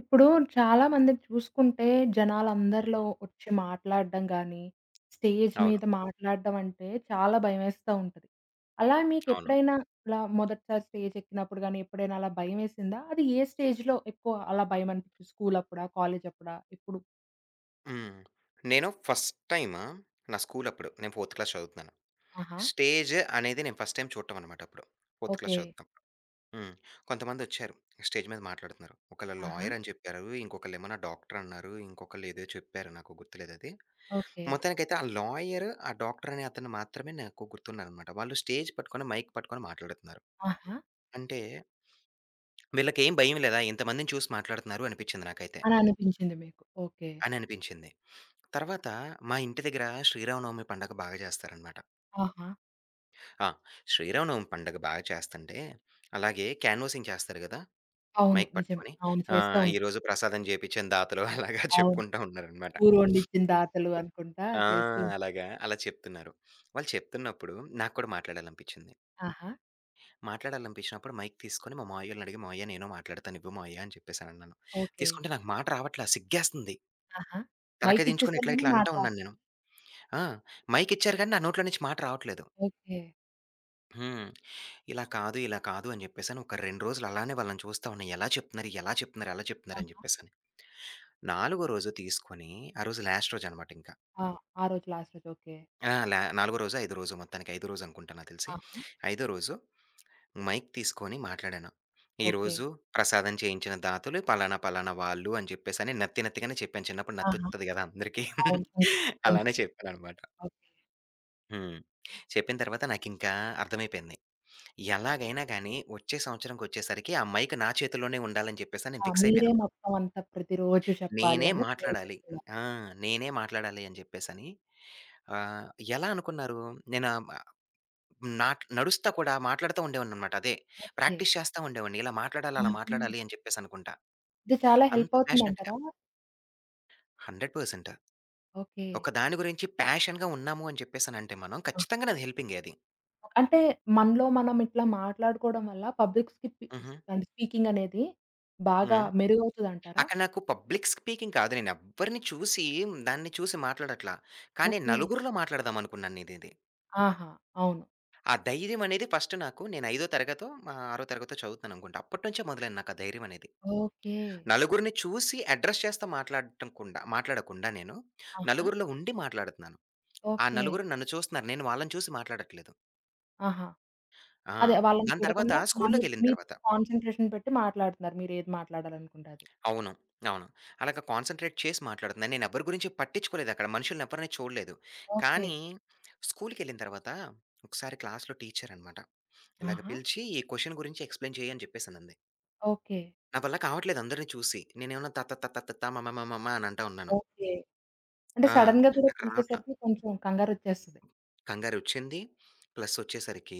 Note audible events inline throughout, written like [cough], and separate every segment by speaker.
Speaker 1: ఇప్పుడు చాలా మంది చూసుకుంటే జనాలందరిలో
Speaker 2: హుహు.
Speaker 1: వచ్చి మాట్లాడడం గానీ, స్టేజ్
Speaker 2: అవును.
Speaker 1: మీద మాట్లాడడం అంటే చాలా భయమేస్తా ఉంటది. అలా
Speaker 2: అవును.
Speaker 1: మీకెప్పుడైనా ఇలా మొదటిసారి స్టేజ్ ఎక్కినప్పుడు గానీ, ఎప్పుడైనా అలా భయమేసిందా? అది ఏ స్టేజ్‌లో ఎక్కువ అలా భయమనిపించింది? స్కూల్ అప్పుడా? కాలేజ్ అప్పుడా? ఇప్పుడు?
Speaker 2: హ్మ్. నేను ఫస్ట్ టైమ్ నా స్కూల్ అప్పుడు నేను ఫోర్త్ క్లాస్ చదువుతున్నాను.
Speaker 1: ఆహా!
Speaker 2: స్టేజ్ అనేది నేను ఫస్ట్ టైమ్ చూడటం అనమాట అప్పుడు. Fourth class
Speaker 1: okay.
Speaker 2: చదువుతున్నప్పుడు. హ్మ్. కొంతమందొచ్చారు. స్టేజ్ మీద మాట్లాడుతున్నారు. ఒకళ్ళు
Speaker 1: ఆహా!
Speaker 2: లాయర్ అని చెప్పారు. ఇంకొకళ్ళేమో నా డాక్టర్ అన్నారు. ఇంకొకళ్ళు ఏదో చెప్పారు నాకు గుర్తులేదది.
Speaker 1: ఓకే.
Speaker 2: మొత్తానికైతే ఆ లాయర్, ఆ డాక్టర్ అనే అతను మాత్రమే నాకు గుర్తున్నారనమాట. వాళ్ళు స్టేజ్ పట్టుకొని మైక్ పట్టుకొని మాట్లాడుతున్నారు.
Speaker 1: ఆహా!
Speaker 2: అంటే వీళ్ళకేం భయం లేదా ఇంతమందిని చూసి మాట్లాడుతున్నారు అనిపించింది నాకైతే.
Speaker 1: అని అనిపించింది మీకు. ఓకే.
Speaker 2: అని అనిపించింది. తర్వాత మా ఇంటి దగ్గర శ్రీరామనవమి పండగ బాగా చేస్తారనమాట.
Speaker 1: ఆహా!
Speaker 2: ఆ! శ్రీరామనవమి పండగ బాగా చేస్తంటే, అలాగే క్యాన్వాసింగ్ చేస్తారు గదా!
Speaker 1: అవును,
Speaker 2: మైక్
Speaker 1: నిజమే,
Speaker 2: పట్టుకొని.
Speaker 1: అవును, చేస్తూ ఉంటాం.
Speaker 2: ఈరోజు ప్రసాదం చేపిచ్చిన దాతలు [laughs] అలాగా
Speaker 1: అవును.
Speaker 2: చెప్పుకుంటా ఉన్నారనమాట.
Speaker 1: ఊరు వండించిన
Speaker 2: హ్మ్.
Speaker 1: దాతలు అనుకుంటా
Speaker 2: ఆ!
Speaker 1: చేస్తూ ఉంటాం.
Speaker 2: అలాగా అలా చెప్తున్నారు. వాళ్ళు చెప్తున్నప్పుడు నాకు కూడా మాట్లాడాలనిపించింది.
Speaker 1: ఆహా!
Speaker 2: మాట్లాడాలనిపించినప్పుడు మైక్ తీసుకొని మా మావయ్యోల్ని అడిగి, "మావయ్య నేను మాట్లాడతాను ఇవ్వు మావయ్య" అని చెప్పేసనన్నాను.
Speaker 1: ఓకే.
Speaker 2: తీసుకుంటే నాకు మాట రావట్లా సిగ్గేస్తుంది.
Speaker 1: ఆహా!
Speaker 2: తలకాయ
Speaker 1: మైక్
Speaker 2: దించుకొని
Speaker 1: ఇచ్చేసారు
Speaker 2: ఇట్లా
Speaker 1: గాని
Speaker 2: ఇట్లా
Speaker 1: మాట
Speaker 2: అంటా ఉన్నాను
Speaker 1: రాట్లేదు.
Speaker 2: నేను. ఆ! మైక్ ఇచ్చారు గానీ నా నోట్లో నుంచి మాట రావట్లేదు.
Speaker 1: ఓకే.
Speaker 2: హ్మ్. ఇలా కాదు, ఇలా కాదు అని జెప్పేసని ఒక 2 రోజులు అలానే వాళ్ళని చూస్తా ఉన్నా. ఎలా చెప్తున్నారు? అని
Speaker 1: ఆహా!
Speaker 2: జెప్పేసని. నాలుగో రోజు తీసుకొని ఆ రోజు లాస్ట్ రోజనమాట ఇంకా.
Speaker 1: ఆ! ఆ రోజు లాస్ట్ రోజు. ఓకే.
Speaker 2: ఆ! నాలుగో రోజో, ఐదో రోజో మొత్తానికి ఐదో రోజనుకుంటా నాకు తెలిసి.
Speaker 1: ఆహా!
Speaker 2: ఐదో రోజు మైక్ తీసుకొని మాట్లాడాను.
Speaker 1: ఓకే.
Speaker 2: ఈరోజు ప్రసాదం చేయించిన దాతలు పలానా, పలానా వాళ్ళు అని జెప్పేసని నత్తి నత్తిగానే చెప్పాను. చిన్నప్పుడు
Speaker 1: ఆహా!
Speaker 2: నత్తొత్తది గదా! అందరికీ.
Speaker 1: అవును, ఉంటుంది, కొంచెం.
Speaker 2: అలానే చెప్పాననమాట.
Speaker 1: ఓకే.
Speaker 2: హ్మ్. చెప్పిన తర్వాత నాకింకా అర్థమైపోయింది. ఎలాగైనా గానీ, వచ్చే సంవత్సరంకొచ్చేసరికి ఆ మైక్ నా చేతుల్లోనే ఉండాలని చెప్పేసని
Speaker 1: ఆ!
Speaker 2: నేను ఫిక్స్
Speaker 1: మీరే
Speaker 2: అయిపోయానప్పుడు.
Speaker 1: మొత్తం అంతా ప్రతిరోజు చెప్పాలి
Speaker 2: నేనే
Speaker 1: అని గోల్
Speaker 2: మాట్లాడాలి.
Speaker 1: పెట్టుకున్నారు.
Speaker 2: ఆ! నేనే మాట్లాడాలి అని జెప్పేసని. ఆహ్, ఎలా అనుకున్నారు? నేను నాట్ నడుస్తా కూడా మాట్లాడుతా ఉండేవాడిననమాట అదే.
Speaker 1: ఓకే.
Speaker 2: ప్రాక్టీస్ చేస్తా ఉండేవాడిని. ఇలా మాట్లాడాలి, అలా
Speaker 1: ఆహా!
Speaker 2: మాట్లాడాలి అని చెప్పేసనుకుంటా.
Speaker 1: ఇది చాలా
Speaker 2: అంత
Speaker 1: హెల్ప్
Speaker 2: ప్యాషనెట్‌గా
Speaker 1: అవుతుందంటారా?
Speaker 2: 100%
Speaker 1: ఓకే.
Speaker 2: ఒక దాని గురించి ప్యాషన్‌గా ఉన్నాము అని చెప్పేసనంటే మనం
Speaker 1: ఆ!
Speaker 2: ఖచ్చితంగా నాది హెల్పింగే అది.
Speaker 1: అంటే మనలో మనం ఇట్లా మాట్లాడుకోవడం వల్ల పబ్లిక్
Speaker 2: హుహు.
Speaker 1: అంటే స్పీకింగ్ అనేది బాగా
Speaker 2: హ్మ్.
Speaker 1: మెరుగవుతదంటారా?
Speaker 2: అక్కడ నాకు పబ్లిక్ స్పీకింగ్ కాదు. నేనెవ్వరిని చూసి, దాన్ని చూసి మాట్లాడట్లా. కానీ
Speaker 1: ఓకే.
Speaker 2: నలుగురిలో మాట్లాడదాం అనుకున్నాను నేనిది.
Speaker 1: ఆహా! అవును.
Speaker 2: ఆ ధైర్యం అనేది ఫస్ట్ నాకు నేను ఐదో తరగతో, ఆరో తరగతో చదువుతున్నాననుకుంటా. అప్పటినుంచే మొదలైంది నాకు ఆ ధైర్యం అనేది.
Speaker 1: ఓకే.
Speaker 2: నలుగురిని చూసి అడ్రెస్ చేస్తా మాట్లాడటం కుండా మాట్లాడకుండా నేను
Speaker 1: ఆహా!
Speaker 2: నలుగురిలో ఉండి మాట్లాడుతున్నాను. ఆ
Speaker 1: ఓకే.
Speaker 2: నలుగురు నన్ను చూస్తున్నారు. నేను వాళ్ళని చూసి మాట్లాడట్లేదు.
Speaker 1: ఆహా!
Speaker 2: ఆ!
Speaker 1: అదే వాళ్ళని
Speaker 2: దాని తర్వాత
Speaker 1: చూడకుండా మామూలుగా
Speaker 2: స్కూల్‌లోకెళ్ళిన
Speaker 1: మీ
Speaker 2: తర్వాత
Speaker 1: కాన్సంట్రేషన్ పెట్టి మాట్లాడుతున్నారు. మీరేది మాట్లాడాలనుకుంటే అది.
Speaker 2: అవును. అవును. అలాగ కాన్సంట్రేట్ చేసి మాట్లాడుతున్నాను. నేనెవ్వరి గురించి పట్టించుకోలేదక్కడ. మనుషులనెవ్వరిని చూడలేదు.
Speaker 1: ఓకే.
Speaker 2: కానీ స్కూలుకెళ్ళిన తర్వాత ఒకసారి క్లాస్‌లో టీచరనమాట. ఇలాగ
Speaker 1: ఆహా!
Speaker 2: పిలిచి ఈ క్వెషన్ గురించి ఎక్స్‌ప్లెయిన్ చెయ్యి అని చెప్పేసనంది.
Speaker 1: ఓకే.
Speaker 2: నా వల్ల కావట్లేదు అందరిని చూసి. నేనేమన్నా త త త త త త మ మ మ మ మ అని అంటా ఉన్నాను.
Speaker 1: ఓకే. అంటే
Speaker 2: ఆ!
Speaker 1: సడెన్‌గా కూడా
Speaker 2: నాకు రావట్ల.
Speaker 1: పిలిచేసరికి కొంచెం కంగారొచ్చేస్తది.
Speaker 2: కంగారొచ్చింది. ప్లసొచ్చేసరికి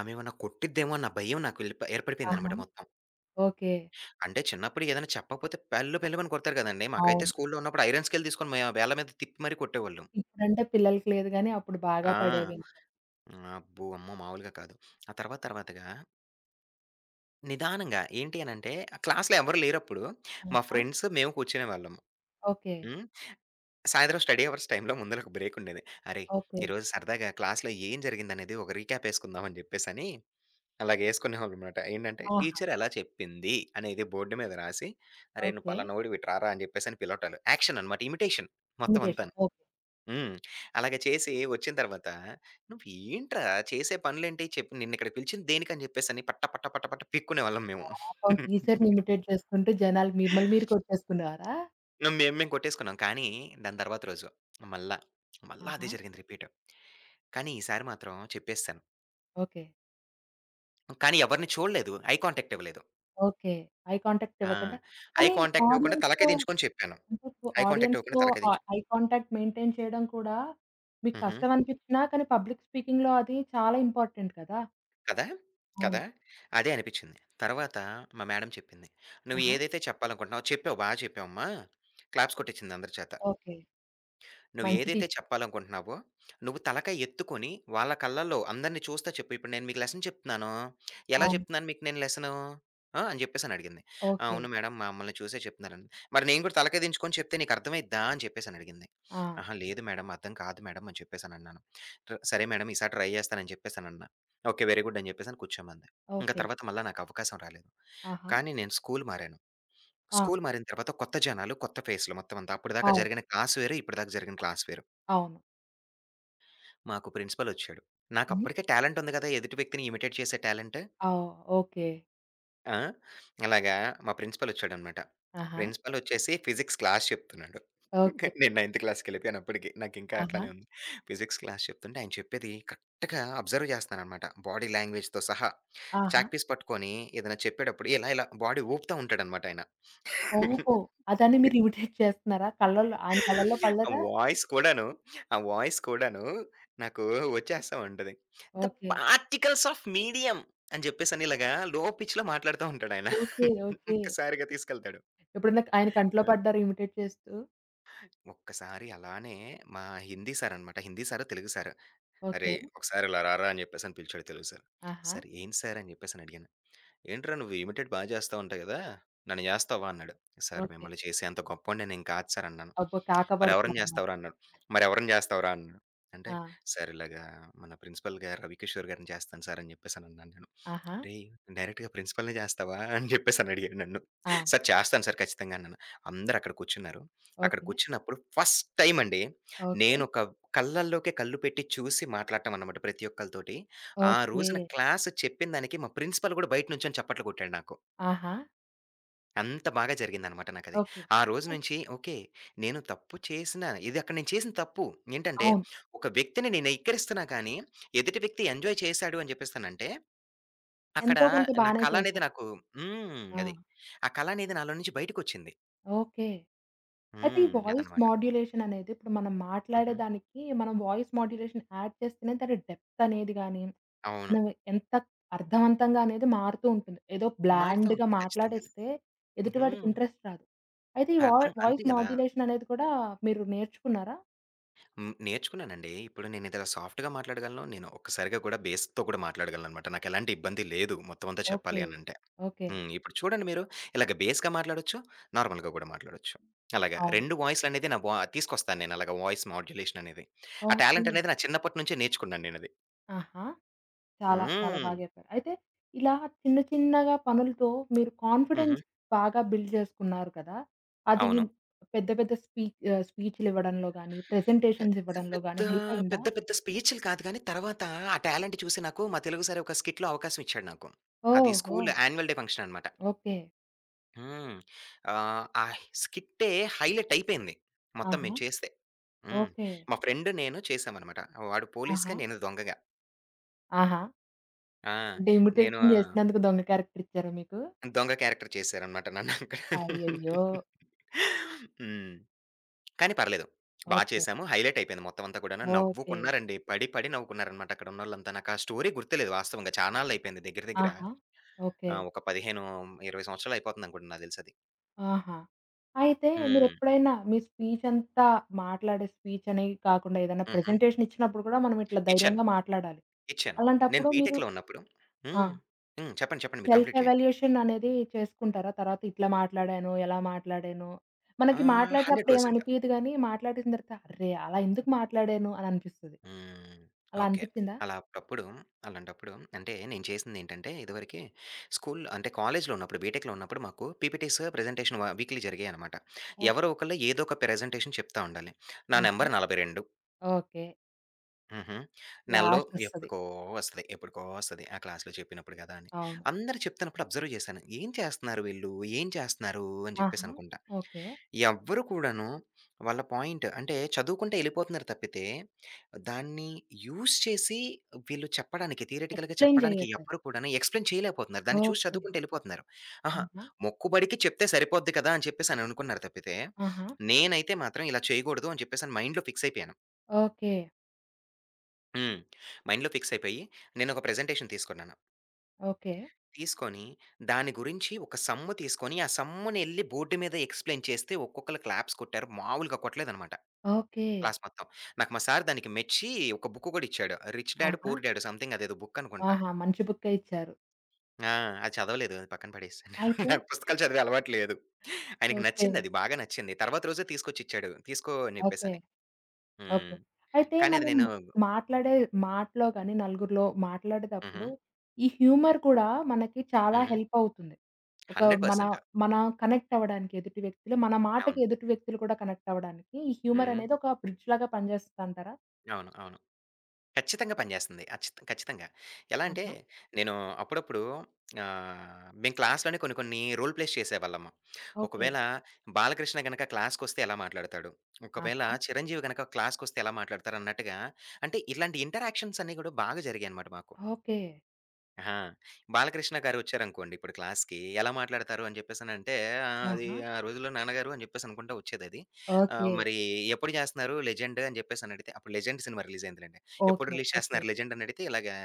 Speaker 2: ఆమేమన్నా కొట్టిద్దేమో అన్న భయం నాకు ఎల్లిప
Speaker 1: ఆహా!
Speaker 2: ఏర్పడిపోయిందనమాట మొత్తం.
Speaker 1: ఓకే.
Speaker 2: అంటే చిన్నప్పుడు ఏదైనా చెప్పకపోతే పెల్లు పెల్లుమని కొడతారు గదండీ! మాకైతే
Speaker 1: అవును.
Speaker 2: స్కూలులో ఉన్నప్పుడు ఐరన్ స్కేల్ తీసుకొని మేము వేళ్ళ మీద తిప్పి మరీ కొట్టేవాళ్ళు.
Speaker 1: ఇప్పుడంటే పిల్లలకి లేదు గానీ, అప్పుడు బాగా
Speaker 2: ఆ!
Speaker 1: పడేవి.
Speaker 2: హ్మ్. అబ్బో! అమ్మో! మామూలుగా కాదు. ఆ తర్వాత తర్వాతగా నిదానంగా ఏంటి అనంటే క్లాస్‌లో ఎవరు లేరప్పుడు మా
Speaker 1: ఆహా!
Speaker 2: ఫ్రెండ్స్, మేము కూర్చునేవాళ్ళము.
Speaker 1: ఓకే.
Speaker 2: హ్మ్. సాయంత్రం స్టడీ అవర్స్ టైమ్‌లో ముందల ఒక బ్రేక్ ఉండేది. అరేయ్!
Speaker 1: ఓకే.
Speaker 2: ఈరోజు సరదాగా క్లాస్‌లో ఏం జరిగిందనేది ఒక రీక్యాప్ ఏసుకుందాం అని జెప్పేసని అలాగ ఏసుకునేవాళ్ళమనమాట. ఏంటంటే
Speaker 1: ఆహా!
Speaker 2: టీచర్ ఎలా చెప్పింది అనేది బోర్డ్ మీద రాసి, అరేయ్! నువ్వు
Speaker 1: ఓకే.
Speaker 2: పలానోడివి ఇటు రారా అని జెప్పేసని పిలవటాలు. యాక్షన్ అనమాట. ఇమిటేషన్ మొత్తం
Speaker 1: ఇమిటేషన్.
Speaker 2: అంతాను.
Speaker 1: ఓకే.
Speaker 2: హ్మ్. అలాగ చేసి వచ్చిన తర్వాత, "నువ్వేంట్రా చేసే పనులేంటి? చెప్పు నిన్నిక్కడికి పిలిచింది దేనికని?" జెప్పేసని పట్ట, పట్ట, పట్ట, పట్ట పిక్కునేవాళ్ళం మేము.
Speaker 1: పాపం టీచర్‌ని
Speaker 2: [laughs]
Speaker 1: ఇమిటేట్ చేసుకుంటూ జనాలు మిమ్మల్ని మీరు కొట్టేసుకునేవారా?
Speaker 2: మేము మేము కొట్టేసుకున్నాం. కానీ దాని తర్వాత రోజు మళ్ళా, మళ్ళా
Speaker 1: ఆహా!
Speaker 2: అదే జరిగింది రిపీట్. కానీ ఈసారి మాత్రం చెప్పేసాను.
Speaker 1: ఓకే.
Speaker 2: కానీ ఎవరిని చూడలేదు. ఐ కాంటాక్ట్ ఇవ్వలేదు.
Speaker 1: ఓకే. ఐ కాంటాక్ట్
Speaker 2: ఆ!
Speaker 1: ఇవ్వకుండా
Speaker 2: ఐ
Speaker 1: కానీ
Speaker 2: కాంటాక్ట్ ఇవ్వకుండా
Speaker 1: ఆడియన్స్‌తో
Speaker 2: తలకాయ దించుకొని చెప్పాను.
Speaker 1: అంటే ఇప్పుడు
Speaker 2: ఐ కాంటాక్ట్ ఇవ్వకుండా
Speaker 1: ఆడియన్స్‌తో
Speaker 2: తలకాయ
Speaker 1: ఆ
Speaker 2: దించు
Speaker 1: ఐ కాంటాక్ట్ మెయింటైన్ చేయడం కూడా మీకు
Speaker 2: హుహు.
Speaker 1: కష్టం అనిపించినా కానీ పబ్లిక్ స్పీకింగ్‌లో అది చాలా ఇంపార్టెంట్ కదా!
Speaker 2: కదా!
Speaker 1: అవును.
Speaker 2: కదా! అదే అనిపిచ్చింది. తర్వాత మా మేడమ్ చెప్పింది. "నువ్వు
Speaker 1: ఆహా!
Speaker 2: ఏదైతే చెప్పాలనుకుంటున్నావో చెప్పావు బా చెప్పావమ్మా." క్లాప్స్ కొట్టిచ్చింది అందరి చేత.
Speaker 1: ఓకే.
Speaker 2: నువ్వు
Speaker 1: మంచి
Speaker 2: ఏదైతే
Speaker 1: టీచర్.
Speaker 2: చెప్పాలనుకుంటున్నావో, నువ్వు తలకాయ ఎత్తుకొని వాళ్ళ కళ్ళల్లో అందరిని చూస్తా చెప్పు. ఇప్పుడు నేను మీకు లెసన్ చెప్తున్నాను. ఎలా
Speaker 1: అవును.
Speaker 2: చెప్తున్నాను మీకు నేను లెసను? ఆ! అని చెప్పేసని అడిగింది. "ఆ,
Speaker 1: ఓకే.
Speaker 2: అవును మేడం మమ్మల్ని చూసే చెప్తున్నారని. మరి నేను కూడా తలకాయ దించుకొని చెప్తే నీకు అర్థమైద్దా? అని చెప్పేసని అడిగింది.
Speaker 1: ఆ!
Speaker 2: ఆహా! లేదు మేడం అర్థం కాదు మేడం అని చెప్పేసని అన్నాను. సరే మేడం ఈసారి ట్రై చేస్తానని చెప్పేసనన్నా. ఓకే. వెరీ గుడ్ అని చెప్పేసని కూర్చోమంది. ఇంక
Speaker 1: ఓకే.
Speaker 2: తర్వాత మళ్ళా నాకు అవకాశం రాలేదు.
Speaker 1: ఆహా!
Speaker 2: కానీ నేను స్కూల్ మారాను.
Speaker 1: ఆ!
Speaker 2: స్కూల్ మారిన తర్వాత కొత్త జనాలు, కొత్త ఫేస్‌లు మొత్తం అంతా. అప్పటిదాకా
Speaker 1: అవును.
Speaker 2: జరిగిన క్లాస్ వేరు, ఇప్పటిదాకా జరిగిన క్లాస్ వేరు.
Speaker 1: అవును.
Speaker 2: మాకు ప్రిన్సిపలొచ్చాడు.
Speaker 1: హ్మ్.
Speaker 2: నాకప్పటికే టాలెంట్ ఉంది గదా! ఎదుటి వ్యక్తిని ఇమిటేట్ చేసే టాలెంట్.
Speaker 1: ఆ! ఓకే.
Speaker 2: ఆ! అలాగా మా ప్రిన్సిపలొచ్చాడనమాట.
Speaker 1: ఆహా!
Speaker 2: ప్రిన్సిపలొచ్చేసి ఫిజిక్స్ క్లాస్ చెప్తున్నాడు.
Speaker 1: ఓకే.
Speaker 2: నేను నైన్త్ క్లాస్‌కెళ్ళిపోయాను అప్పటికి. నాకింకా
Speaker 1: ఆహా!
Speaker 2: అట్లానే ఉంది. ఫిజిక్స్ క్లాస్ చెప్తుంటే ఆయన చెప్పేది కరెక్ట్‌గా అబ్జర్వ్ చేస్తాననమాట. బాడీ లాంగ్వేజ్‌తో సహా.
Speaker 1: ఆహా!
Speaker 2: చాక్ పీస్ పట్టుకొని ఏదైనా చెప్పేటప్పుడు ఇలా ఇలా బాడీ ఊపుతా ఉంటాడనమాట ఆయన.
Speaker 1: ఓహో! అతన్ని మీరు ఇమిటేట్ చేస్తున్నారా? కళ్ళల్లో ఆయన కళ్ళల్లో
Speaker 2: ఆ
Speaker 1: పడలేదా?
Speaker 2: వాయిస్ కూడాను, ఆ వాయిస్ కూడాను నాకు వచ్చేస్తా ఉంటది. The
Speaker 1: okay.
Speaker 2: Particles of medium అని జెప్పేసని ఇలాగా లో పిచ్‌లో మాట్లాడుతా ఉంటాడాయన.
Speaker 1: ఓకే. ఓకే.
Speaker 2: ఒక్కసారిగా తీసుకెళ్తాడు.
Speaker 1: ఎప్పుడన్నా ఆయన
Speaker 2: ఆ!
Speaker 1: కంట్లో పడ్డారా ఇమిటేట్ చేస్తూ?
Speaker 2: ఒక్కసారి అలానే మా హిందీ సారనమాట. హిందీ సారో, తెలుగు సారో.
Speaker 1: ఓకే.
Speaker 2: "అరేయ్! ఒకసారి ఇలా రారా" అని జెప్పేసని పిలిచాడు తెలుగు సారు.
Speaker 1: ఆహా!
Speaker 2: "సార్ ఏంటి సార్?" అని జెప్పేసని అడిగాను. "ఏంట్రా నువ్వు ఇమిటేట్ బా జేస్తా ఉంటావు గదా! నన్ను జేస్తావా?" అన్నాడు. "Sir
Speaker 1: okay.
Speaker 2: మిమ్మల్ని చేసేంత గొప్పోడిని నేను కాదు సార్" అన్నాను.
Speaker 1: అబ్బో!
Speaker 2: మరెవరిని
Speaker 1: కాకపడుతున్నారనమాట.
Speaker 2: జేస్తావురా? అన్నాడు. మరెవరిని జేస్తావురా? అన్నాడు. అంటే,
Speaker 1: ఆ!
Speaker 2: సార్ ఇలాగా మన ప్రిన్సిపల్ గారు రవికిషోర్ గారిని జేస్తాను సార్ అని జెప్పేసనన్నాను నేను.
Speaker 1: ఆహా!
Speaker 2: "రేయ్! డైరెక్ట్‌గా ప్రిన్సిపల్‌నే జేస్తావా?" అని జెప్పేసనడిగాడు నన్ను.
Speaker 1: ఆ!
Speaker 2: సార్ చేస్తాను సార్ ఖచ్చితంగా అన్నాను. అందరక్కడ కూర్చున్నారు. అక్కడ
Speaker 1: ఓకే.
Speaker 2: కూర్చున్నప్పుడు ఫస్ట్ టైమ్ అండి
Speaker 1: ఓకే.
Speaker 2: నేనొక కళ్ళల్లోకే కళ్ళు పెట్టి చూసి మాట్లాడటం అన్నమాట ప్రతి ఒక్కళ్ళతోటి. ఆ
Speaker 1: ఓకే.
Speaker 2: రోజున క్లాస్ చెప్పిన దానికి మా ప్రిన్సిపల్ గూడా బయట నుంచొని చప్పట్లు కొట్టాడు నాకు.
Speaker 1: ఆహా!
Speaker 2: అంత బాగా జరిగిందనమాట నాకది.
Speaker 1: ఓకే.
Speaker 2: ఆ రోజు
Speaker 1: అయ్
Speaker 2: నుంచి ఓకే. నేను తప్పు చేసిన ఇది అక్కడ నేను చేసిన తప్పు ఏంటంటే,
Speaker 1: అవును,
Speaker 2: ఒక వ్యక్తిని నేను ఎక్కిరిస్తున్నా కానీ, ఎదుటి వ్యక్తి ఎంజాయ్ చేశాడు అని చెప్పేసనంటే, అక్కడ
Speaker 1: ఎంతో కొంత
Speaker 2: నా
Speaker 1: బానే
Speaker 2: కళ అనేది
Speaker 1: చేసాం.
Speaker 2: నాకు హ్మ్.
Speaker 1: ఆ!
Speaker 2: అది. ఆ కళ అనేది నాలో నుంచి బయటకొచ్చింది.
Speaker 1: ఓకే. అయితే ఈ
Speaker 2: హ్మ్.
Speaker 1: వాయిస్
Speaker 2: అదనమాట.
Speaker 1: మాడ్యులేషన్ అనేది ఇప్పుడు మనం మాట్లాడే
Speaker 2: హుహు.
Speaker 1: దానికి మనం వాయిస్ మాడ్యులేషన్ యాడ్ చేస్తేనే దాని డెప్త్ అనేది గాని,
Speaker 2: అవును.
Speaker 1: మనం ఎంత అర్థవంతంగా అనేది మారుతూ ఉంటుంది. ఏదో
Speaker 2: మారుతా
Speaker 1: బ్లాండ్‌గా
Speaker 2: ఉంటది ఖచ్చితంగాను.
Speaker 1: మాట్లాడేస్తే
Speaker 2: హుహు.
Speaker 1: ఎదుటివాడికి ఇంట్రెస్ట్ రాదు. అయితే ఈ వా
Speaker 2: అర్థం అంతే
Speaker 1: వాయిస్
Speaker 2: గదా!
Speaker 1: మాడ్యులేషన్ అనేది కూడా మీరు నేర్చుకున్నారా?
Speaker 2: హ్మ్. నేర్చుకున్నానండి. ఇప్పుడు నేను ఏదైనా సాఫ్ట్‌గా మాట్లాడగలను. నేను ఒక్కసారిగా కూడా బేస్‌తో కూడా మాట్లాడగలననమాట. నాకెలాంటి ఇబ్బంది లేదు మొత్తం అంతా
Speaker 1: ఓకే.
Speaker 2: చెప్పాలి అనంటే.
Speaker 1: ఓకే.
Speaker 2: హ్మ్. ఇప్పుడు చూడండి మీరు, ఇలాగ బేస్‌గా మాట్లాడొచ్చు, నార్మల్‌గా గూడా మాట్లాడొచ్చు. అలాగా
Speaker 1: అవును.
Speaker 2: 2 వాయిస్‌లనేది నా వా తీసుకొస్తాను నేను అలాగా వాయిస్ మాడ్యులేషన్ అనేది. ఆ టాలెంట్
Speaker 1: ఓకే.
Speaker 2: అనేది నా చిన్నప్పటి నుంచే నేర్చుకున్నాను నేనది.
Speaker 1: ఆహా! చాలా, చాలా
Speaker 2: హ్మ్.
Speaker 1: బాగా చెప్పారు. అయితే ఇలా చిన్న చిన్నగా పనులతో మీరు
Speaker 2: హుహు.
Speaker 1: కాన్ఫిడెన్స్ బాగా బిల్డ్ చేసుకున్నారు కదా! అది
Speaker 2: అవును.
Speaker 1: పెద్ద పెద్ద స్పీ స్పీచ్‌లు ఇవ్వడంలో గాని, ప్రెజెంటేషన్స్
Speaker 2: పెద్ద
Speaker 1: ఇవ్వడంలో
Speaker 2: పెద్ద,
Speaker 1: గాని హెల్ప్ అయిందా?
Speaker 2: పెద్ద పెద్ద స్పీచ్‌లు కాదు గానీ, తర్వాత ఆ టాలెంట్ చూసి నాకు మా తెలుగు సార్ ఒక స్కిట్‌లో అవకాశం ఇచ్చాడు నాకు. అది
Speaker 1: ఓహో!
Speaker 2: స్కూల్ యాన్యువల్ డే ఫంక్షన్ అనమాట.
Speaker 1: ఓకే.
Speaker 2: హ్మ్. ఆహ్, ఆ స్కిట్టే హైలైట్ అయిపోయింది. మొత్తం
Speaker 1: ఆహా!
Speaker 2: మేము చేస్తే. హ్మ్.
Speaker 1: ఓకే.
Speaker 2: మా ఫ్రెండ్ నేను చేశామనమాట. వాడు
Speaker 1: ఆహా!
Speaker 2: పోలీస్‌గా, నేను దొంగగా.
Speaker 1: ఆహా!
Speaker 2: ఆ!
Speaker 1: అంటే
Speaker 2: నేను
Speaker 1: ఇమిటేషన్ చేసినందుకు దొంగ క్యారెక్టర్ ఇచ్చారా మీకు?
Speaker 2: దొంగ క్యారెక్టర్ చేశారనమాట నన్నక్కడ.
Speaker 1: అయ్యయ్యో!
Speaker 2: హ్మ్. కానీ పర్లేదు. బా
Speaker 1: ఓకే.
Speaker 2: చేశాము. హైలైట్ అయిపోయింది మొత్తం అంతా కూడాను.
Speaker 1: ఓకే.
Speaker 2: నవ్వుకున్నారండి. పడి, పడి నవ్వుకున్నారనమాట అక్కడున్నోళ్ళంతా. నాకా స్టోరీ గుర్తులేదు వాస్తవంగా. చానాళ్ళయిపోయింది దగ్గర దగ్గర
Speaker 1: ఆహా! ఓకే.
Speaker 2: ఆ! ఒక 15, 20 సంవత్సరాలయిపోతుంది అనుకుంటా నాకు తెలిసది.
Speaker 1: ఆహా! అయితే
Speaker 2: హ్మ్.
Speaker 1: మీరెప్పుడైనా మీ స్పీచంతా మాట్లాడే స్పీచని కాకుండా ఏదైనా
Speaker 2: హుహు.
Speaker 1: ప్రెజెంటేషన్ ఇచ్చినప్పుడు కూడా మనం ఇట్లా
Speaker 2: ఇచ్చాను.
Speaker 1: ధైర్యంగా మాట్లాడాలి.
Speaker 2: ఇచ్చాను. నేను
Speaker 1: అలాంటప్పుడు మీరు
Speaker 2: బీటెక్‌లో ఉన్నప్పుడు
Speaker 1: ఆ!
Speaker 2: హ్మ్. హ్మ్. చెప్పండి. చెప్పండి. మీరు
Speaker 1: సెల్ఫ్
Speaker 2: కంప్లీట్ చేయండి.
Speaker 1: ఎవాల్యుయేషన్ అనేది చేసుకుంటారా? తర్వాత ఇట్లా మాట్లాడాను, ఎలా మాట్లాడాను. మనకి మాట్లాడినప్పుడు
Speaker 2: 100%
Speaker 1: ఏమనిపియదు గానీ, మాట్లాడేసిన తర్వాత అర్రే! అలా ఎందుకు మాట్లాడాను అని అనిపిస్తది.
Speaker 2: హ్మ్.
Speaker 1: అలా
Speaker 2: ఓకే.
Speaker 1: అనిపిచ్చిందా?
Speaker 2: అలా అప్పుడప్పుడు అలాంటప్పుడు అంటే నేను చేసిందేంటంటే ఇదివరకి స్కూల్ అంటే కాలేజ్‌లో ఉన్నప్పుడు బీటెక్‌లో ఉన్నప్పుడు మాకు పీపీటీస్, ప్రెజెంటేషన్ వీక్‌లీ జరిగాయనమాట.
Speaker 1: ఓకే.
Speaker 2: ఎవరో ఒకళ్ళు ఏదో ఒక ప్రెజెంటేషన్ చెప్తా ఉండాలి. నా
Speaker 1: ఆహా!
Speaker 2: Number 42
Speaker 1: okay.
Speaker 2: హుహు. నెలలో
Speaker 1: లాస్టొస్తది.
Speaker 2: ఎప్పటికో వస్తది. ఎప్పటికో వస్తది. ఆ క్లాస్‌లో చెప్పినప్పుడు కదా! అని.
Speaker 1: అవును.
Speaker 2: అందరూ చెప్తున్నప్పుడు అబ్జర్వ్ చేశాను. ఏం చేస్తున్నారు వీళ్ళు? ఏం చేస్తున్నారు? అని
Speaker 1: ఆహా!
Speaker 2: చెప్పేసనుకుంట.
Speaker 1: ఓకే.
Speaker 2: ఎవ్వరు కూడాను వాళ్ళ పాయింట్ అంటే చదువుకుంటే ఎళ్ళిపోతున్నారు తప్పితే, దాన్ని యూజ్ చేసి వీళ్ళు థియరిటికల్‌గా
Speaker 1: ఎక్స్‌ప్లెయిన్
Speaker 2: చెప్పడానికి
Speaker 1: జేయట్లేదు.
Speaker 2: ఎవ్వరు కూడాను ఎక్స్‌ప్లెయిన్ చేయలేకపోతున్నారు. దాన్ని చూసి
Speaker 1: ఓకే.
Speaker 2: చదువుకుంటూ ఎళ్ళిపోతున్నారు. అహా!
Speaker 1: ఆహా!
Speaker 2: మొక్కుబడికి చెప్తే సరిపోద్ది కదా! అని చెప్పేసని అనుకున్నారు తప్పితే,
Speaker 1: ఆహా!
Speaker 2: నేనైతే మాత్రం ఇలా చేయకూడదు అని చెప్పేసని మైండ్‌లో ఫిక్స్ అయిపోయాను.
Speaker 1: ఓకే.
Speaker 2: హ్మ్. మైండ్‌లో ఫిక్స్ అయిపోయి నేనొక ప్రెజెంటేషన్ తీసుకున్నాను.
Speaker 1: ఓకే.
Speaker 2: తీసుకొని దాని గురించి ఒక సమ్ తీసుకొని, ఆ సమ్‌నెళ్లి బోర్డ్ మీద ఎక్స్‌ప్లెయిన్ చేస్తే ఒక్కొక్కళ్ళు క్లాప్స్ కొట్టారు. మామూలుగా కొట్టలేదనమాట.
Speaker 1: ఓకే.
Speaker 2: క్లాస్ మొత్తం. నాకు మా సారు దానికి మెచ్చి ఒక బుక్ కూడా ఇచ్చాడు. 'రిచ్ డాడ్
Speaker 1: ఆహా!
Speaker 2: పూర్ డాడ్' సంథింగ్ అదేదో బుక్ అనుకుంటా.
Speaker 1: ఆహా! మంచి బుక్కే ఇచ్చారు.
Speaker 2: ఆ! అది చదవలేదు. అది పక్కన పడేసాను నేను.
Speaker 1: అయితే
Speaker 2: [laughs] నాకు పుస్తకాలు చదివే అలవాటు లేదు. ఆయనకి
Speaker 1: ఓకే.
Speaker 2: నచ్చిందది. బాగా నచ్చింది. తర్వాత రోజే తీసుకొచ్చిచ్చాడు. తీసుకో అని
Speaker 1: ఓకే.
Speaker 2: చెప్పేసని. హ్మ్.
Speaker 1: ఓకే. అయితే
Speaker 2: కానీ అది
Speaker 1: మనం
Speaker 2: నేను
Speaker 1: మాట్లాడే మాటలో గాని, నలుగురిలో
Speaker 2: హుహు.
Speaker 1: మాట్లాడేటప్పుడు ఈ హ్యూమర్ కూడా మనకి చాలా
Speaker 2: హుహు.
Speaker 1: హెల్ప్ అవుతుంది. ఒక మన
Speaker 2: 100%
Speaker 1: మన కనెక్ట్ అవ్వడానికి ఎదుటి వ్యక్తులు, మన మాటకి
Speaker 2: అవును.
Speaker 1: ఎదుటి వ్యక్తులు కూడా కనెక్ట్ అవ్వడానికి ఈ హ్యూమర్
Speaker 2: హ్మ్.
Speaker 1: అనేది ఒక బ్రిడ్జ్ లాగా పనిచేస్తదంటారా?
Speaker 2: అవును. అవును. ఖచ్చితంగా పనిచేస్తుంది. ఖచ్చితంగా. ఎలా అంటే,
Speaker 1: ఆహా!
Speaker 2: నేను అప్పుడప్పుడు మేము క్లాస్‌లోనే కొన్ని, కొన్ని రోల్ ప్లేస్ చేసేవాళ్ళము.
Speaker 1: ఓకే.
Speaker 2: ఒకవేళ బాలకృష్ణ గనక క్లాస్‌కొస్తే ఎలా మాట్లాడతాడు? ఒకవేళ
Speaker 1: ఆహా!
Speaker 2: చిరంజీవి గనక క్లాస్‌కొస్తే ఎలా మాట్లాడతారు? అన్నట్టుగా అంటే ఇలాంటి ఇంటరాక్షన్స్ అన్నీ కూడా బాగా జరిగాయన్నమాట మాకు.
Speaker 1: ఓకే.
Speaker 2: ఆహా! బాలకృష్ణ గారొచ్చారనుకోండి ఇప్పుడు క్లాస్‌కి ఎలా మాట్లాడతారు అని చెప్పేసనంటే, అది
Speaker 1: ఆహా!
Speaker 2: ఆ రోజుల్లో నాన్నగారు అని చెప్పేసనుకుంటా వచ్చేదది.
Speaker 1: ఓకే.
Speaker 2: మరి ఎప్పుడు చేస్తున్నారు 'లెజెండ్' అని చెప్పేసనడిగితే, అప్పుడు 'లెజెండ్' సినిమా రిలీజ్ అయిందిలెండి. ఎప్పుడు
Speaker 1: ఓకే.
Speaker 2: Release
Speaker 1: okay.
Speaker 2: చేస్తున్నారు 'లెజెండ్' అనడిగితే, ఇలాగా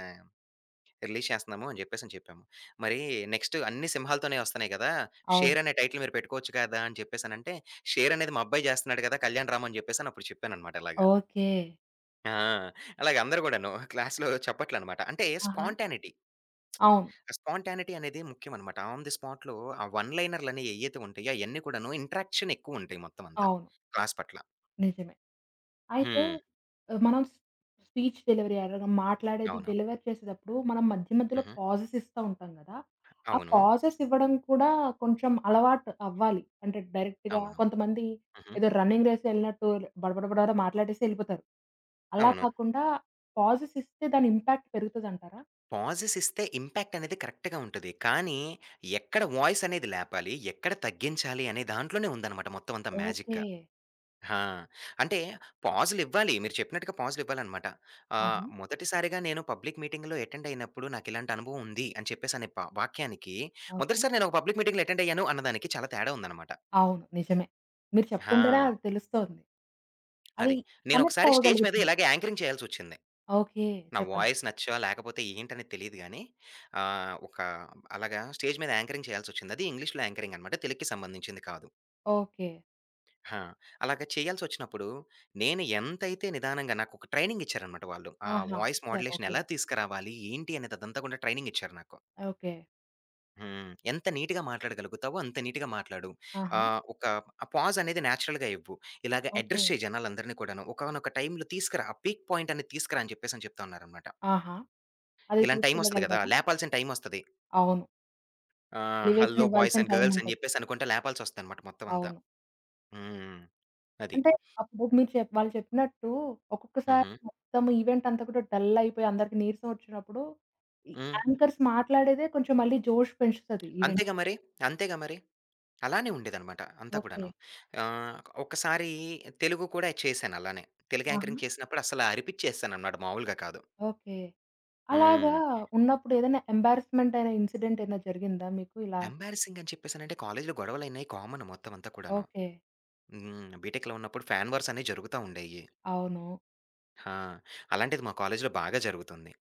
Speaker 2: రిలీజ్ చేస్తున్నాము అని చెప్పేసని చెప్పాము. మరి నెక్స్ట్ అన్ని సింహాలతోనే వస్తున్నాయి కదా!
Speaker 1: అవును.
Speaker 2: 'షేర్' అనే టైటిల్ మీరు పెట్టుకోవచ్చు కదా! అని చెప్పేసనంటే, 'షేర్' అనేది మా అబ్బాయి చేస్తున్నాడు కదా! కళ్యాణ్ రామ్ అని చెప్పేసని అప్పుడు చెప్పాననమాట ఇలాగ.
Speaker 1: ఓకే.
Speaker 2: ఆ! అలాగ అందరూ కూడాను క్లాస్‌లో చప్పట్లనమాట. అంటే
Speaker 1: ఆహా!
Speaker 2: స్పాంటానిటీ.
Speaker 1: అవును,
Speaker 2: స్పాంటానిటీ అనేది ముఖ్యమనమాట. ఆన్ ది స్పాట్‌లో ఆ వన్ లైనర్‌లనేయి ఏయ్యైతే ఉంటాయో అయన్నీ కూడాను ఇంటరాక్షన్ ఎక్కువుంటాయి మొత్తమంతా.
Speaker 1: అవును,
Speaker 2: క్లాస్ పట్ల.
Speaker 1: నిజమే. అయితే
Speaker 2: హ్మ్.
Speaker 1: మనం స్ స్పీచ్ డెలివరీ అడగం మాట్లాడేది
Speaker 2: అవును.
Speaker 1: డెలివరీ చేసేటప్పుడు మనం మధ్య మధ్యలో
Speaker 2: హుహు.
Speaker 1: పాజెస్ ఇస్తా ఉంటాం గదా! ఆ
Speaker 2: అవును.
Speaker 1: పాజెస్ ఇవ్వడం కూడా కొంచెం అలవాటు అవ్వాలి. అంటే డైరెక్ట్‌గా
Speaker 2: అవును.
Speaker 1: కొంతమంది
Speaker 2: హుహు.
Speaker 1: ఏదో రన్నింగ్ రేస్‌లో ఎళ్ళినట్టు బడబడబడ మాట్లాడేసి ఎళ్ళిపోతారు. అలా
Speaker 2: అవును.
Speaker 1: కాకుండా పాజెస్ ఇస్తే దాని ఇంపాక్ట్ పెరుగుతదంటారా?
Speaker 2: పాజెస్ ఇస్తే ఇంపాక్ట్ అనేది కరెక్ట్‌గా ఉంటది. కానీ ఎక్కడ వాయిస్ అనేది లేపాలి, ఎక్కడ తగ్గించాలి అనే దాంట్లోనే ఉందనమాట మొత్తమంతా
Speaker 1: ఓకే.
Speaker 2: మ్యాజిక్. ఆ! అంటే పాజులివ్వాలి. మీరు చెప్పినట్టుగా పాజులివ్వాలనమాట.
Speaker 1: ఆహా!
Speaker 2: మొదటిసారిగా నేను పబ్లిక్ మీటింగ్‌లో అటెండ్ అయినప్పుడు నాకిలాంటి అనుభవం ఉంది అని చెప్పేసి అనే వాక్యానికి
Speaker 1: ఓకే.
Speaker 2: మొదటిసారి నేను ఒక పబ్లిక్ మీటింగ్‌లో అటెండ్ అయ్యాను అన్నదానికి చాలా తేడా ఉందనమాట.
Speaker 1: అవును, నిజమే, మీరు చెప్తుంటేనే
Speaker 2: ఆ!
Speaker 1: అది తెలుస్తోంది. అది
Speaker 2: అది.
Speaker 1: కనెక్ట్
Speaker 2: నేనొకసారి స్టేజ్ మీద
Speaker 1: అవ్వగలుగుతుంది.
Speaker 2: ఇలాగే యాంకరింగ్ చేయాల్సొచ్చింది.
Speaker 1: ఓకే.
Speaker 2: నా
Speaker 1: చెప్పండి.
Speaker 2: వాయిస్ నచ్చో లేకపోతే ఏంటనేది తెలీదు గానీ ఆహ్, ఒక అలాగా స్టేజ్ మీద యాంకరింగ్ చేయాల్సొచ్చింది. అది ఇంగ్లీష్‌లో యాంకరింగ్ అనమాట. తెలుగుకి సంబంధించింది కాదు.
Speaker 1: ఓకే.
Speaker 2: ఆ! అలాగా చేయాల్సొచ్చినప్పుడు, నేను ఎంతైతే నిదానంగా నాకొక ట్రైనింగ్ ఇచ్చారనమాట వాళ్ళు. ఆ
Speaker 1: ఆహా!
Speaker 2: వాయిస్
Speaker 1: ఇచ్చారు.
Speaker 2: Modulation
Speaker 1: okay.
Speaker 2: ఎలా తీసుకురావాలి, ఏంటి అనేది అదంతా కూడా ట్రైనింగ్ ఇచ్చారు నాకు.
Speaker 1: ఓకే.
Speaker 2: హ్మ్. ఎంత నీట్‌గా మాట్లాడగలుగుతావో అంత నీట్‌గా మాట్లాడు.
Speaker 1: ఆహా!
Speaker 2: ఆహ్, ఒక పాజ్ అనేది నేచురల్‌గా ఇవ్వు. ఇలాగ
Speaker 1: ఓకే.
Speaker 2: అడ్రెస్ చేయి జనాలందరిని కూడాను. ఒకానొక టైమ్‌లో తీసుకురా. ఆ పీక్ పాయింట్ అనేది తీసుకురా అని చెప్పేసని చెప్తా ఉన్నారనమాట.
Speaker 1: ఆహా! అది
Speaker 2: ఇలాంటి టైమొస్తది గదా!
Speaker 1: తీసుకెళ్ళగలిగారా?
Speaker 2: లేపాల్సిన టైమొస్తది.
Speaker 1: అవును, ఎలివేషన్
Speaker 2: హలో బాయ్స్
Speaker 1: ఇవ్వాల్సిన
Speaker 2: అండ్
Speaker 1: టైమ్
Speaker 2: గర్ల్స్ అని
Speaker 1: ఉంటది.
Speaker 2: చెప్పేసనుకుంట లేపాల్సొస్తదనమాట మొత్తం అంతా.
Speaker 1: అవును.
Speaker 2: హ్మ్. అది.
Speaker 1: అంటే అప్పుడు మీరు వాళ్ళు చెప్పినట్టు ఒక్కొక్కసారి
Speaker 2: హుహు.
Speaker 1: మొత్తం ఈవెంట్ అంతా కూడా డల్ అయిపోయి అందరికి నీరసం వచ్చినప్పుడు ఈ
Speaker 2: హ్మ్.
Speaker 1: యాంకర్స్ మాట్లాడేదే కొంచెం మళ్ళీ జోష్ పెంచుతది ఈవెంట్.
Speaker 2: అంతేగా మరి. అంతేగా మరి. అలానే ఉండేదనమాట అంతా
Speaker 1: ఓకే.
Speaker 2: కూడాను. ఆహ్, ఒక్కసారి తెలుగు కూడా చేశాను అలానే. తెలుగు
Speaker 1: ఆహా!
Speaker 2: యాంకరింగ్ చేసినప్పుడు అసల అరిపించేసాననమాట మామూలుగా కాదు.
Speaker 1: ఓకే. అలాగా
Speaker 2: హ్మ్.
Speaker 1: ఉన్నప్పుడు ఏదైనా ఎంబారస్మెంట్ అయిన ఇన్సిడెంట్ ఏమైనా జరిగిందా మీకు ఇలా?
Speaker 2: ఎంబారసింగ్ అని చెప్పేసనంటే కాలేజీలో గొడవలయినాయి కామన్ మొత్తం అంతా కూడాను.
Speaker 1: ఓకే.
Speaker 2: హ్మ్. బీటెక్‌లో ఉన్నప్పుడు ఫ్యాన్ వార్స్ అనేవి జరుగుతా ఉండేయి.
Speaker 1: అవును.
Speaker 2: ఆ! అలాంటిది మా కాలేజీలో బాగా జరుగుతుంది.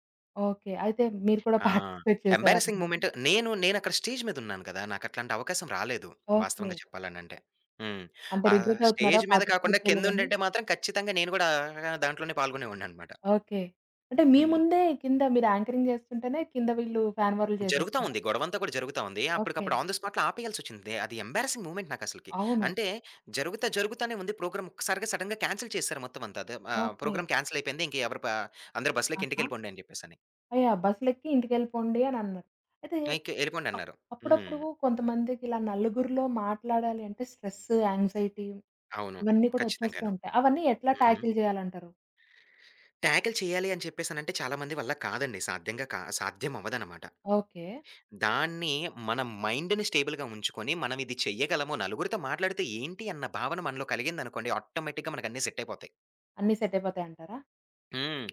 Speaker 1: ఓకే. అయితే మీరు కూడా
Speaker 2: ఆ!
Speaker 1: పార్టిసిపేట్ చేసేవారా
Speaker 2: ఎంబారసింగ్
Speaker 1: అందులో?
Speaker 2: మూమెంట్ నేనక్కడ స్టేజ్ మీద ఉన్నాను కదా! నాకట్లాంటి అవకాశం రాలేదు
Speaker 1: ఓకే.
Speaker 2: వాస్తవంగా చెప్పాలనంటే. హ్మ్.
Speaker 1: అంటే
Speaker 2: ఆ
Speaker 1: రిగ్రెట్ అవుతున్నారా
Speaker 2: స్టేజ్ మీద కాకుండా
Speaker 1: పార్టిసిపేట్ చేయలేదని?
Speaker 2: కిందుండుంటే మాత్రం ఖచ్చితంగా నేను కూడా దాంట్లోనే పాల్గొనేవాడిననమాట.
Speaker 1: ఓకే. అంటే మీ
Speaker 2: హ్మ్.
Speaker 1: ముందే కింద మీరు యాంకరింగ్ చేస్తుంటేనే కింద వీళ్ళు ఫ్యాన్ వార్లు
Speaker 2: జరుగుతా
Speaker 1: చేసేస్తున్నారా?
Speaker 2: ఉంది. గొడవంతా కూడా జరుగుతా ఉంది.
Speaker 1: ఓకే.
Speaker 2: అప్పటికప్పుడు ఆన్ ది స్పాట్‌లో ఆపేయాల్సొచ్చింది. అది ఎంబారసింగ్ మూమెంట్ నాకసలకి.
Speaker 1: అవును.
Speaker 2: అంటే జరుగుతా, జరుగుతానే ఉంది ప్రోగ్రామ్ ఒక్కసారిగా సడెన్‌గా క్యాన్సెల్ చేసేసారు మొత్తం అంతా. అదే
Speaker 1: ఓకే.
Speaker 2: ప్రోగ్రామ్ క్యాన్సెల్ అయిపోయింది. ఇంక ఎవరు ప అందరూ బస్సులెక్కి
Speaker 1: ఆహా!
Speaker 2: ఇంటికెళ్ళిపోండి అని చెప్పేసని.
Speaker 1: యాహ్! బస్సులెక్కి ఇంటికెళ్ళిపోండి అనన్నారు. అయితే
Speaker 2: ఇంక ఎళ్ళిపోండి
Speaker 1: అప్
Speaker 2: అన్నారు. హ్మ్.
Speaker 1: అప్పుడప్పుడు కొంతమందికి ఇలా నలుగురిలో మాట్లాడాలి అంటే స్ట్రెస్, యాంక్సైటీ
Speaker 2: అవును.
Speaker 1: ఇవన్నీ కూడా వచ్చేస్తూ
Speaker 2: ఖచ్చితంగాను.
Speaker 1: ఉంటాయి. అవన్నీ ఎట్లా
Speaker 2: హుహు.
Speaker 1: టాకిల్ చేయాలంటారు?
Speaker 2: ట్యాకిల్ చేయాలి అని చెప్పేసనంటే చాలా మంది వల్ల కాదండి. సాధ్యం అవ్వదనమాట.
Speaker 1: ఓకే.
Speaker 2: దాన్ని మన మైండ్‌ని స్టేబుల్‌గా ఉంచుకొని మనం ఇది చెయ్యగలము, నలుగురితో మాట్లాడితే ఏంటి అన్న భావన మనలో కలిగిందనుకోండి ఆటోమేటిక్‌గా మనకన్నీ సెట్ అయిపోతాయి.
Speaker 1: అన్నీ సెట్ అయిపోతాయంటారా?
Speaker 2: హ్మ్.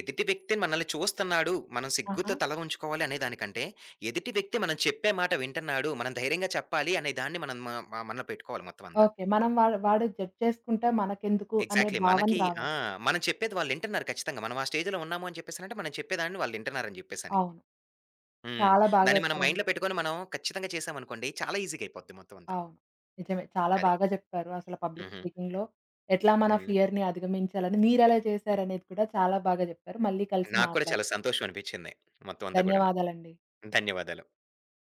Speaker 2: ఎదుటి వ్యక్తి మనల్ని చూస్తున్నాడు. మనం
Speaker 1: ఆహా!
Speaker 2: సిగ్గుతో తల ఉంచుకోవాలి అనే దానికంటే, ఎదుటి వ్యక్తి మనం చెప్పే మాట వింటున్నాడు. మనం ధైర్యంగా చెప్పాలి అనే దాన్ని మనం మ మ మనలో పెట్టుకోవాలి మొత్తం అంతా.
Speaker 1: ఓకే. మనం వాడు వాడు జడ్జ్ చేసుకుంటే మనకెందుకు అనే
Speaker 2: ఎగ్జాక్ట్‌లీ.
Speaker 1: భావన
Speaker 2: మనకి ఆ!
Speaker 1: రావాలి.
Speaker 2: మనం చెప్పేది వాళ్ళింటన్నారు ఖచ్చితంగా. మనం ఆ స్టేజ్‌లో ఉన్నాము అని చెప్పేసనంటే, మనం చెప్పేదాన్ని వాళ్ళింటన్నారని చెప్పేసని.
Speaker 1: అవును.
Speaker 2: హ్మ్.
Speaker 1: చాలా బాగా
Speaker 2: దాన్ని మనం
Speaker 1: చెప్పారండి.
Speaker 2: మైండ్‌లో పెట్టుకొని మనం ఖచ్చితంగా చేశామనుకోండి, చాలా ఈజీగా అయిపోద్ది మొత్తం అంతా.
Speaker 1: అవును, నిజమే, చాలా
Speaker 2: అది.
Speaker 1: బాగా చెప్పారు. అసలు పబ్లిక్
Speaker 2: హుహు.
Speaker 1: స్పీకింగ్‌లో ఎట్లా మన
Speaker 2: హ్మ్.
Speaker 1: ఫియర్‌ని అధిగమించాలని మీరెలా చేశారనేది కూడా చాలా బాగా చెప్పారు. మళ్ళీ కలిసి
Speaker 2: నాకు కూడా చాలా
Speaker 1: మాట్లాడదాం.
Speaker 2: సంతోషం అనిపిచ్చింది. మొత్తం అంతా కూడాను.
Speaker 1: ధన్యవాదాలండి.
Speaker 2: ధన్యవాదాలు.